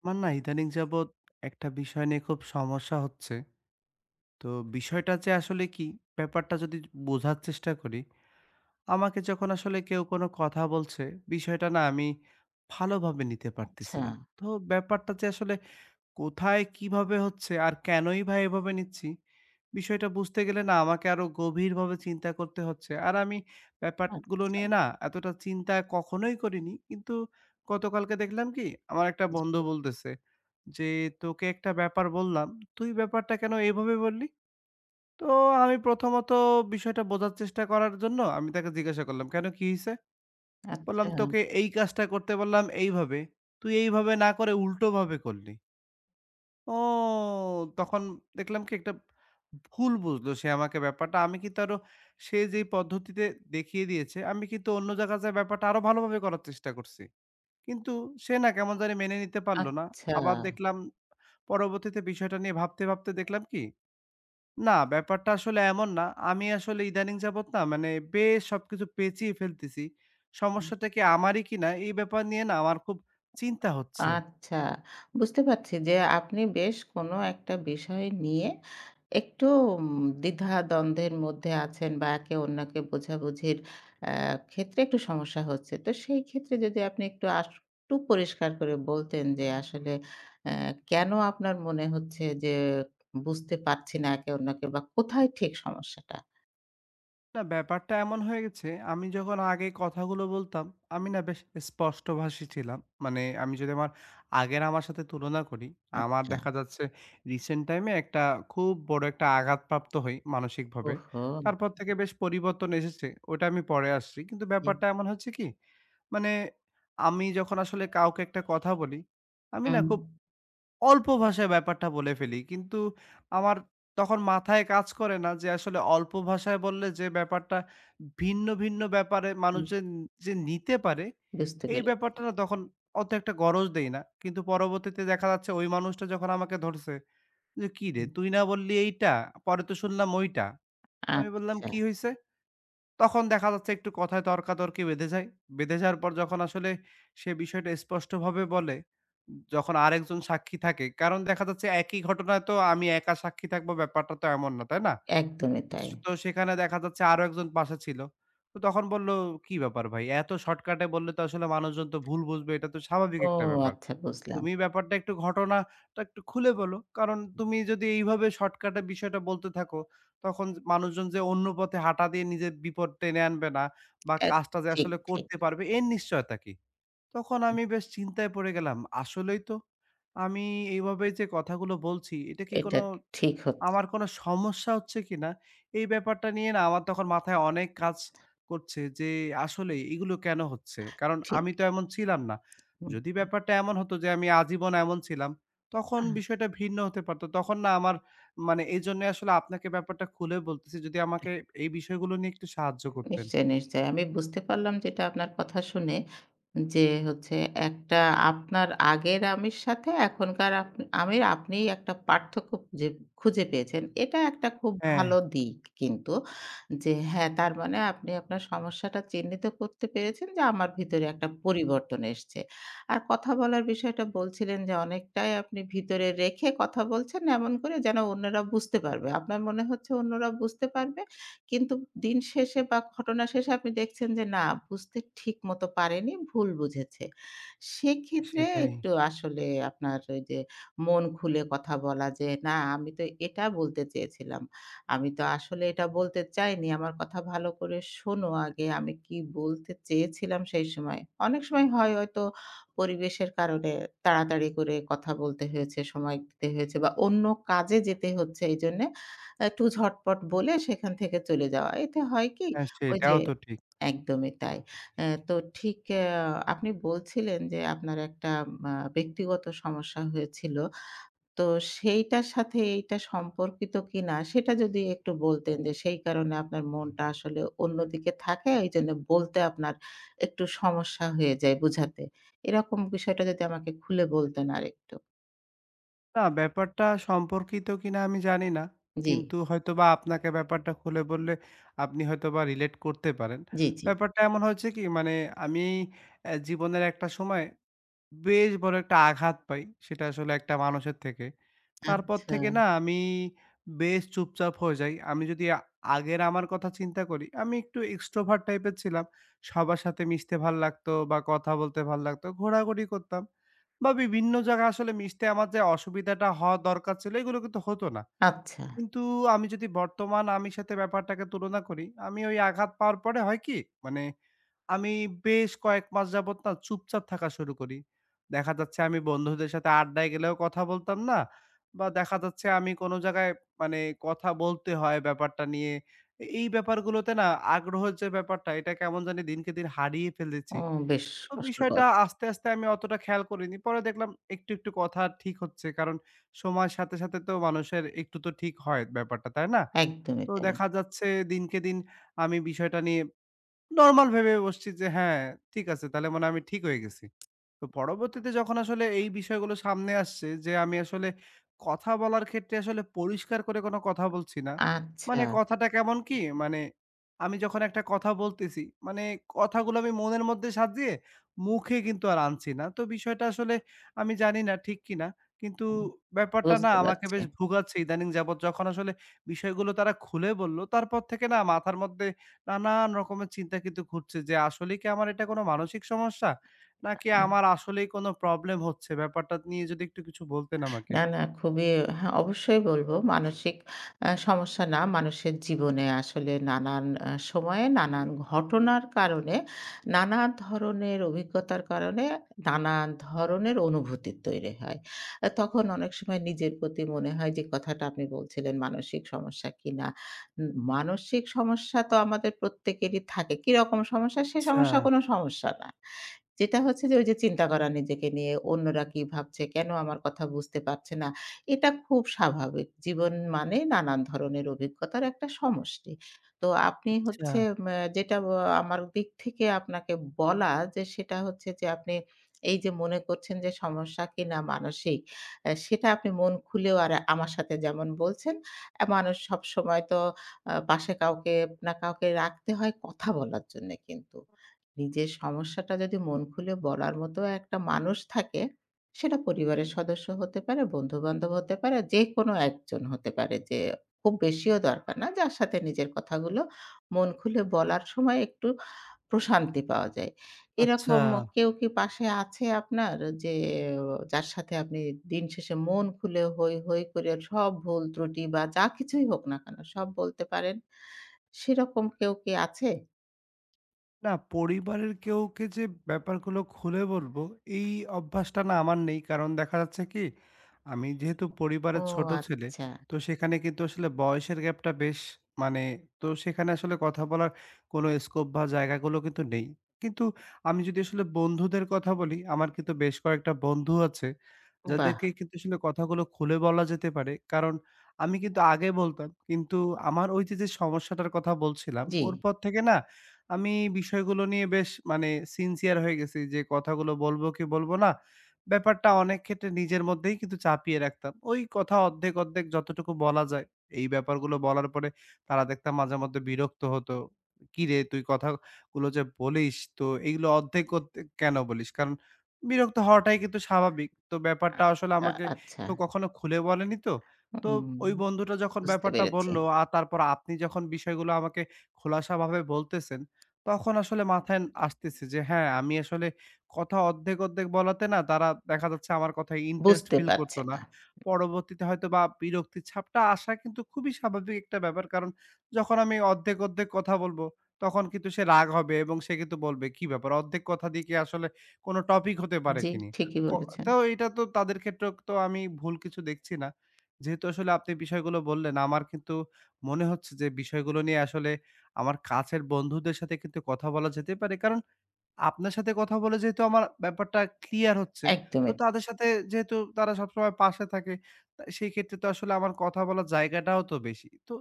আমার না ইদানিং যাবৎ একটা বিষয় নিয়ে খুব সমস্যা হচ্ছে। তো বিষয়টা যে আসলে কি, ব্যাপারটা যদি বোঝার চেষ্টা করি, আমাকে যখন আসলে কেউ কোনো কথা বলছে, বিষয়টা না আমি ভালোভাবে নিতে পারতেছি আচ্ছা, না। তো ব্যাপারটা যে আসলে কোথায়, কিভাবে হচ্ছে আর কেনই বা এভাবে নিচ্ছি? বিষয়টা বুঝতে গেলে না আমাকে আরো গভীরভাবে চিন্তা করতে হচ্ছে। আর আমি ব্যাপারগুলো আচ্ছা, নিয়ে না এতটা চিন্তা কখনোই করিনি। কিন্তু গতকালকে দেখলাম কি আমার একটা জি। বন্ধু বলতেছে যে, "তোকে একটা ব্যাপার বললাম, তুই ব্যাপারটা কেন এভাবে বললি?" তো আমি প্রথমত বিষয়টা বোঝার চেষ্টা করার জন্য আমি তাকে জিজ্ঞাসা করলাম, "কেন কি হইছে?" বললাম, আচ্ছা, "তোকে এই কাজটা করতে বললাম এইভাবে, তুই এইভাবে না করে উল্টোভাবে করলি।" ও! তখন দেখলাম কি একটা ভুল বুঝলো সে আমাকে ব্যাপারটা। আমি কিন্তু আরো সে যেই পদ্ধতিতে দেখিয়ে দিয়েছে, আমি কিন্তু অন্য জায়গায় যায়ে ব্যাপারটা আরো ভালোভাবে করার চেষ্টা করছি। কিন্তু সে না কেমন জানি মেনে নিতে পারল না। আচ্ছা, আবার দেখলাম পরবর্তীতে বিষয়টা নিয়ে ভাবতে, ভাবতে দেখলাম কি, না ব্যাপারটা আসলে এমন না। আমি আসলে ইদানিং যাবত না মানে বেশ সবকিছু পেঁচিয়ে ফেলতেছি। উম, সমস্যাটা কি আমারই কিনা এই ব্যাপার নিয়ে না আমার খুব চিন্তা হচ্ছে। আচ্ছা। বুঝতে পারছি যে আপনি বেশ কোনো একটা বিষয় নিয়ে একটু উম দ্বিধা-দ্বন্দ্বের মধ্যে আছেন বা একে অন্যকে বোঝাবুঝির আ ক্ষেত্রে একটু সমস্যা হচ্ছে। তো সেই ক্ষেত্রে যদি আপনি একটু একটু পরিষ্কার করে বলতেন যে আসলে অ্যা কেন আপনার মনে হচ্ছে যে বুঝতে পারছি না একে অন্যকে বা কোথায় ঠিক সমস্যাটা? না ব্যাপারটা এমন হয়ে গেছে, আমি যখন আগে কথাগুলো বলতাম, আমি না বেশ স্পষ্টভাষী ছিলাম। মানে আমি যদি আমার আগের আমার সাথে তুলনা করি, আমার আচ্ছা। দেখা যাচ্ছে রিসেন্ট টাইমে একটা খুব বড় একটা আঘাতপ্রাপ্ত হই মানসিকভাবে। ওহো! তারপর থেকে বেশ পরিবর্তন এসেছে, ওটা আমি পরে আসছি। কিন্তু জি। ব্যাপারটা এমন হচ্ছে কি, মানে আমি যখন আসলে কাউকে একটা কথা বলি, আমি না হুম। খুব অল্প ভাষায় ব্যাপারটা বলে ফেলি। কিন্তু আমার তখন মাথায় কাজ করে না যে আসলে অল্প ভাষায় বললে যে ব্যাপারটা ভিন্ন, ভিন্ন ব্যাপারে মানুষ হুম, যে যে নিতে পারে, বুঝতে এই পেরেছি। ব্যাপারটা না তখন অত একটা গরজ দেই না। কিন্তু পরবর্তীতে দেখা যাচ্ছে ওই মানুষটা যখন আমাকে ধরছে যে, "কিরে হুম। তুই না বললি এইটা, পরে তো শুনলাম ওইটা।" আমি বললাম, আচ্ছা, "কি হইছে?" তখন দেখা যাচ্ছে একটু কথায় তর্কাতর্কি বেঁধে যায়। বেঁধে যাওয়ার পর যখন আসলে সে বিষয়টা স্পষ্টভাবে বলে, যখন আরেকজন সাক্ষী থাকে, কারণ দেখা যাচ্ছে একই ঘটনায় তো আমি একা সাক্ষী থাকবো ব্যাপারটা তো এমন না, তাই না? একদমই তাই। তো সেখানে দেখা যাচ্ছে আরো একজন পাশে ছিল। তো তখন বলল, "কি ব্যাপার ভাই? এত শর্টকাটে বললে তো আসলে মানুষজন তো ভুল বুঝবে। এটা তো স্বাভাবিক ও একটা ব্যাপার।" আচ্ছা বুঝলাম। তুমি ব্যাপারটা একটু ঘটনাটা একটু খুলে বলো। কারণ তুমি যদি এইভাবে শর্টকাটে বিষয়টা বলতে থাকো, তখন মানুষজন যে অন্য পথে হাঁটা দিয়ে নিজের বিপদ টেনে আনবে না বা এক কাজটা যে ঠিক, আসলে ঠিক। করতে পারবে এর নিশ্চয়তা কি? তখন আমি বেশ চিন্তায় পড়ে গেলাম। আসলেই তো আমি এইভাবে যে কথাগুলো বলছি, এটা কি এটা কোনো ঠিক হচ্ছে। আমার কোনো সমস্যা হচ্ছে কিনা, এই ব্যাপারটা নিয়ে না আমার তখন মাথায় অনেক কাজ করছে যে আসলেই এগুলো কেন হচ্ছে? কারণ ঠিক। আমি তো এমন ছিলাম না। হুম, যদি ব্যাপারটা এমন হতো যে আমি আজীবন এমন ছিলাম, তখন আচ্ছা। বিষয়টা ভিন্ন হতে পারত। তখন না আমার মানে এজন্য আসলে আপনাকে ব্যাপারটা খুলে বলতেছি যদি আমাকে এই বিষয়গুলো নিয়ে একটু সাহায্য করতেন। নিশ্চয়ই, নিশ্চয়ই। আমি বুঝতে পারলাম যেটা আপনার কথা শুনে যে হচ্ছে একটা আপনার আগের আমের সাথে এখনকার আমের আপনি একটা পার্থক্য খুঁজে খুঁজে পেয়েছেন। এটা একটা খুব হ্যাঁ, ভালো দিক কিন্তু যে হ্যাঁ, তার মানে আপনি আপনার সমস্যাটা চিহ্নিত করতে পেরেছেন যে আমার ভিতরে একটা পরিবর্তন এসছে। আর কথা বলার বিষয়টা বলছিলেন যে অনেকটাই আপনি ভিতরে রেখে কথা বলছেন এমন করে যেন অন্যরা বুঝতে পারবে। আপনার মনে হচ্ছে অন্যরা বুঝতে পারবে? কিন্তু দিন শেষে বা ঘটনা শেষে আপনি দেখছেন যে না বুঝতে ঠিকমতো পারেনি, ভুল বুঝেছে। সেক্ষেত্রে সেটাই। একটু আসলে আপনার ওই যে মন খুলে কথা বলা যে, "না আমি তো এটা বলতে চেয়েছিলাম। আমি তো আসলে এটা বলতে চাইনি। আমার কথা ভালো করে শোনো আগে আমি কি বলতে চেয়েছিলাম সেই সময়।" অনেক সময় হয় হয়তো পরিবেশের কারণে তাড়াতাড়ি করে কথা বলতে হয়েছে, সময় দিতে হয়েছে বা অন্য কাজে যেতে হচ্ছে এইজন্যে একটু ঝটপট বলে সেখান থেকে চলে যাওয়া। এতে হয় কি? হ্যাঁ, ওই যে সেটাও তো ঠিক। একদমই তাই। তো ঠিক আপনি বলছিলেন যে আপনার একটা ব্যক্তিগত সমস্যা হয়েছিল। তো সেইটার সাথে এইটা সম্পর্কিত কিনা সেটা যদি একটু বলতেন যে সেই কারণে আপনার মনটা আসলে অন্যদিকে থাকে এইজন্য বলতে আপনার একটু সমস্যা হয়ে যায় বুঝাতে। এরকম বিষয়টা যদি আমাকে খুলে বলতেন আরেকটু। না, ব্যাপারটা সম্পর্কিত কিনা আমি জানি না। জি, কিন্তু হয়তোবা আপনাকে ব্যাপারটা খুলে বললে আপনি হয়তোবা রিলেট করতে পারেন। জি, জি। ব্যাপারটা এমন হয়েছে কি মানে আমি জীবনের একটা সময় বেশ বড় একটা আঘাত পাই, সেটা আসলে একটা মানুষের থেকে। তারপর আচ্ছা, থেকে না আমি বেশ চুপচাপ হয়ে যাই। আমি যদি আগের আমার কথা চিন্তা করি, আমি একটু extrovert টাইপের ছিলাম। সবার সাথে মিশতে ভাল লাগতো বা কথা বলতে ভাল লাগতো, ঘোরাঘুরি করতাম বা বিভিন্ন জায়গায় আসলে মিশতে আমার যে অসুবিধাটা হওয়া দরকার ছিল, এগুলো কিন্তু হতো না। আচ্ছা। কিন্তু আমি যদি বর্তমান আমির সাথে ব্যাপারটাকে তুলনা করি, আমি ওই আঘাত পাওয়ার পরে হয় কি? মানে আমি বেশ কয়েক মাস যাবত না চুপচাপ থাকা শুরু করি। দেখা যাচ্ছে আমি বন্ধুদের সাথে আড্ডায় গেলেও কথা বলতাম না। বা দেখা যাচ্ছে আমি কোনো জায়গায় মানে কথা বলতে হয় ব্যাপারটা নিয়ে। এই ব্যাপারগুলোতে না আগ্রহের যে ব্যাপারটা এটা কেমন জানি দিনকে দিন হারিয়ে ফেলেছি। ও বেশ তো বিষয়টা কষ্টকর। আস্তে, আস্তে আমি অতটা খেয়াল করিনি। পরে দেখলাম একটু, একটু কথা ঠিক হচ্ছে। কারণ সময়ের সাথে, সাথে তো মানুষের একটু তো ঠিক হয় ব্যাপারটা, তাই না? একদমই তো তাই। দেখা যাচ্ছে দিনকে দিন আমি বিষয়টা নিয়ে নরমাল ভেবে বসছি যে, হ্যাঁ, ঠিক আছে। তাহলে মনে হয় আমি ঠিক হয়ে গেছি। তো পরবর্তীতে যখন আসলে এই বিষয়গুলো সামনে আসছে যে আমি আসলে কথা বলার ক্ষেত্রে আসলে পরিষ্কার করে কোনো কথা বলছি না। আচ্ছা, মানে কথাটা কেমন কি? মানে আমি যখন একটা কথা বলতেছি, মানে কথাগুলো আমি মনের মধ্যে সাজিয়ে মুখে কিন্তু আর আনছি না। তো বিষয়টা আসলে আমি জানি না ঠিক কিনা। কিন্তু হুম, ব্যাপারটা না বুঝতে আমাকে পারছি। বেশ ভোগাচ্ছে ইদানিং যাবৎ। যখন আসলে বিষয়গুলো তারা খুলে বলল, তারপর থেকে না মাথার মধ্যে নানান রকমের চিন্তা কিন্তু ঘুরছে যে আসলেই কি আমার এটা কোনো মানসিক সমস্যা? নাকি আ আমার আসলেই কোনো প্রবলেম হচ্ছে? ব্যাপারটা নিয়ে যদি একটু কিছু বলতেন আমাকে। না, না খুবই হ্যাঁ, অবশ্যই বলব মানসিক সমস্যা না, মানুষের জীবনে আসলে নানান সময়ে নানান ঘটনার কারণে, নানা ধরনের অভিজ্ঞতার কারণে, নানা ধরনের অনুভূতি তৈরি হয়। তখন অনেক সময় নিজের প্রতি মনে হয় যে কথাটা আপনি বলছিলেন মানসিক সমস্যা কিনা। মানসিক সমস্যা তো আমাদের প্রত্যেকেরই থাকে। কিরকম সমস্যা? সে আচ্ছা, সমস্যা কোনো সমস্যা না। যেটা হচ্ছে যে ওই যে চিন্তা করা নিজেকে নিয়ে, অন্যরা কি ভাবছে? কেন আমার কথা বুঝতে পারছে না? এটা খুব স্বাভাবিক। জীবন মানে নানান ধরনের অভিজ্ঞতার একটা সমষ্টি। তো আপনি আচ্ছা, হচ্ছে যেটা আমার দিক থেকে আপনাকে বলা যে সেটা হচ্ছে যে আপনি এই যে মনে করছেন যে সমস্যা কিনা মানসিক, সেটা আপনি মন খুলেও আর আমার সাথে যেমন বলছেন, মানুষ সবসময় তো পাশে কাউকে না কাউকে রাখতে হয় কথা বলার জন্যে কিন্তু। নিজের সমস্যাটা যদি মন খুলে বলার মতো একটা মানুষ থাকে, সেটা পরিবারের সদস্য হতে পারে, বন্ধু-বান্ধব হতে পারে, যেকোনো একজন হতে পারে যে খুব বেশিও দরকার না। যার সাথে নিজের কথাগুলো মন খুলে বলার সময় একটু প্রশান্তি পাওয়া যায়। আচ্ছা। এরকম কেউ কি পাশে আছে আপনার যে যার সাথে আপনি দিন শেষে মন খুলে হৈ, হৈ করে সব ভুল ত্রুটি বা যা কিছুই হোক না কেন সব বলতে পারেন? সেরকম কেউ কি আছে? না, পরিবারের কেউকে যে ব্যাপারগুলো খুলে বলবো, এই অভ্যাসটা না আমার নেই। কারণ দেখা যাচ্ছে কি, আমি যেহেতু ও পরিবারের ছোট ছেলে, আচ্ছা, তো সেখানে কিন্তু আসলে বয়সের গ্যাপটা বেশ মানে তো সেখানে আসলে কথা বলার কোনো স্কোপ বা জায়গাগুলো কিন্তু নেই। কিন্তু আমি যদি আসলে বন্ধুদের কথা বলি, আমার কিন্তু বেশ কয়েকটা বন্ধু আছে, বাহ! যাদেরকে কিন্তু আসলে কথাগুলো খুলে বলা যেতে পারে। কারণ আমি কিন্তু আগে বলতাম, কিন্তু আমার ওই যে, সমস্যাটার কথা বলছিলাম, জি। ওর পর থেকে না আমি বিষয়গুলো নিয়ে বেশ মানে সিনসিয়ার হয়ে গেছি যে কথাগুলো বলবো কি বলবো না। ব্যাপারটা অনেক ক্ষেত্রে নিজের মধ্যেই কিন্তু চাপিয়ে রাখতাম। ওই কথা অর্ধেক, অর্ধেক যতটুকু বলা যায় এই ব্যাপারগুলো বলার পরে তারা দেখতাম মাঝে মধ্যে বিরক্ত হতো। "কিরে তুই কথাগুলো যে বলিস তো এগুলো অর্ধেক, অর্ধেক কেন বলিস?" কারণ বিরক্ত হওয়াটাই কিন্তু স্বাভাবিক। তো আ ব্যাপারটা আসলে আ আমাকে আচ্ছা। কেউ কখনো খুলে বলেনি তো। তো হুম, ওই বন্ধুটা যখন বুঝতে ব্যাপারটা পেরেছি। বলল আর তারপর আপনি যখন বিষয়গুলো আমাকে খোলাসাভাবে বলতেছেন তখন আসলে মাথায় আসতেছে যে হ্যাঁ, আমি আসলে কথা অর্ধেক, অর্ধেক বলাতে না তারা দেখা যাচ্ছে আমার কথায় ইন্টারেস্ট বুঝতে ফিল করত পারছে না। না। পরবর্তীতে হয়তোবা বিরক্তির ছাপটা আসা কিন্তু খুবই স্বাভাবিক একটা ব্যাপার। কারণ যখন আমি অর্ধেক, অর্ধেক কথা বলবো তখন কিন্তু সে রাগ হবে এবং সে কিন্তু বলবে, "কি ব্যাপার? অর্ধেক কথা দিয়ে কি আসলে কোনো টপিক হতে পারে জি, কিনি?" ঠিকই ক বলেছেন। তো এটা তো তাদের ক্ষেত্রেও তো আমি ভুল কিছু দেখছি না। যেহেতু আসলে আপনি বিষয়গুলো বললেন, আমার কিন্তু মনে হচ্ছে যে বিষয়গুলো নিয়ে আসলে আমার কাছের বন্ধুদের সাথে কিন্তু কথা বলা যেতে পারে। কারণ আপনার সাথে কথা বলে যেহেতু আমার ব্যাপারটা ক্লিয়ার হচ্ছে, তো একদমই। তাদের সাথে যেহেতু তারা সবসময় পাশে থাকে, তা সেইক্ষেত্রে তো আসলে আমার কথা বলার জায়গাটাও তো বেশি। তো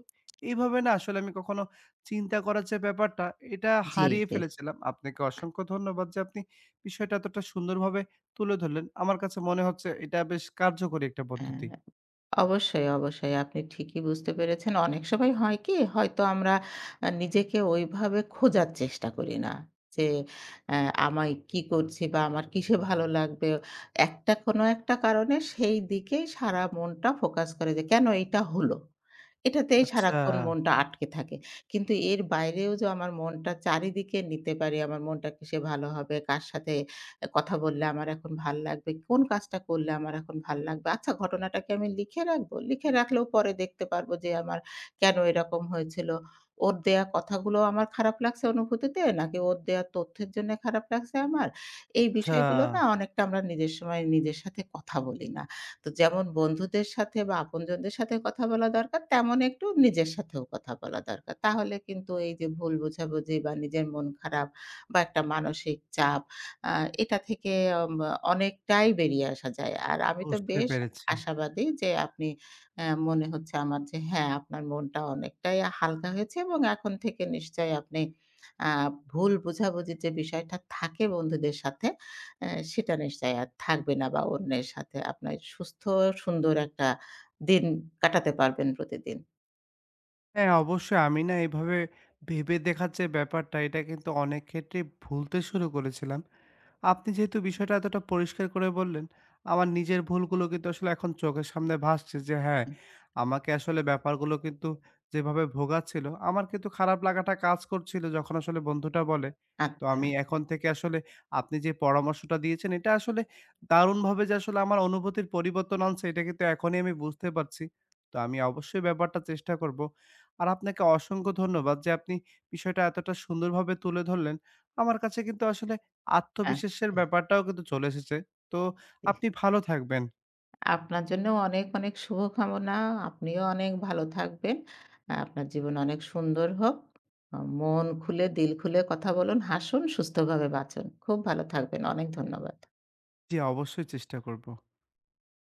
এইভাবে না আসলে আমি কখনো চিন্তা করার যে ব্যাপারটা, এটা জি, হারিয়ে জি। ফেলেছিলাম। আপনাকে অসংখ্য ধন্যবাদ যে আপনি বিষয়টা এতটা সুন্দরভাবে তুলে ধরলেন। আমার কাছে মনে হচ্ছে এটা বেশ কার্যকরী একটা হ্যাঁ। পদ্ধতি। অবশ্যই, অবশ্যই। আপনি ঠিকই বুঝতে পেরেছেন। অনেক সময় হয় কি? হয়তো আমরা নিজেকে ওইভাবে খোঁজার চেষ্টা করি না। যে অ্যা আমায় কি করছি বা আমার কিসে ভালো লাগবে? একটা কোনো একটা কারণে সেই দিকেই সারা মনটা ফোকাস করে যে কেন এইটা হলো? এটাতেই আচ্ছা, সারাক্ষণ মনটা আটকে থাকে। কিন্তু এর বাইরেও যে আমার মনটা চারিদিকে নিতে পারি, আমার মনটা কিসে ভালো হবে? কার সাথে কথা বললে আমার এখন ভাল লাগবে, কোন কাজটা করলে আমার এখন ভাল লাগবে। আচ্ছা ঘটনাটা কি আমি লিখে রাখবো? লিখে রাখলেও পরে দেখতে পারবো যে আমার কেন এরকম হয়েছিল। ওর দেয়া কথাগুলো আমার খারাপ লাগছে অনুভূতিতে নাকি ওর দেয়া তথ্যের জন্যে খারাপ লাগছে আমার? এই আচ্ছা বিষয়গুলো না অনেকটা আমরা নিজের সময় নিজের সাথে কথা বলি না। তো যেমন বন্ধুদের সাথে বা আপনজনদের সাথে কথা বলা দরকার তেমন একটু নিজের সাথেও কথা বলা দরকার। তাহলে কিন্তু এই যে ভুল বোঝাবুঝি বা নিজের মন খারাপ বা একটা মানসিক চাপ আ এটা থেকে অম অনেকটাই বেরিয়ে আসা যায়। আর আমি তো বুঝতে বেশ পেরেছি। আশাবাদী যে আপনি মনে হচ্ছে আমার যে হ্যাঁ, আপনার মনটা অনেকটাই হালকা হয়েছে এবং এখন থেকে নিশ্চয়ই আপনি আ ভুল বোঝাবুঝির যে বিষয়টা থাকে বন্ধুদের সাথে, সেটা নিশ্চয়ই আর থাকবে না বা অন্যের সাথে আপনার সুস্থ সুন্দর একটা দিন কাটাতে পারবেন প্রতিদিন। হ্যাঁ, অবশ্যই আমি না এভাবে ভেবে দেখার যে ব্যাপারটা, এটা কিন্তু অনেক ক্ষেত্রেই ভুলতে শুরু করেছিলাম। আপনি যেহেতু বিষয়টা এতটা পরিষ্কার করে বললেন, আমার নিজের ভুলগুলো কিন্তু আসলে এখন চোখের সামনে ভাসছে যে হ্যাঁ, হুম, আমাকে আসলে ব্যাপারগুলো কিন্তু যেভাবে ভোগাচ্ছিল, আমার কিন্তু খারাপ লাগাটা কাজ করছিল যখন আসলে বন্ধুটা বলে। তো আচ্ছা, আমি এখন থেকে আসলে আপনি যে পরামর্শটা দিয়েছেন, এটা আসলে দারুণভাবে যে আসলে আমার অনুভূতির পরিবর্তন আনছে, এটা কিন্তু এখনই আমি বুঝতে পারছি। তো আমি অবশ্যই ব্যাপারটা চেষ্টা করব। আর আপনাকে অসংখ্য ধন্যবাদ যে আপনি বিষয়টা এতটা সুন্দরভাবে তুলে ধরলেন। আমার কাছে কিন্তু আসলে হ্যাঁ, আত্মবিশ্বাসের ব্যাপারটাও কিন্তু চলে এসেছে। তো জি। আপনি ভালো থাকবেন। আপনার জন্যও অনেক, অনেক শুভকামনা। আপনিও অনেক ভালো থাকবেন। আপনার জীবন অনেক সুন্দর হোক। মন খুলে, দিল খুলে কথা বলুন, হাসুন, সুস্থভাবে বাঁচুন। খুব ভালো থাকবেন। অনেক ধন্যবাদ। জি, অবশ্যই চেষ্টা করব।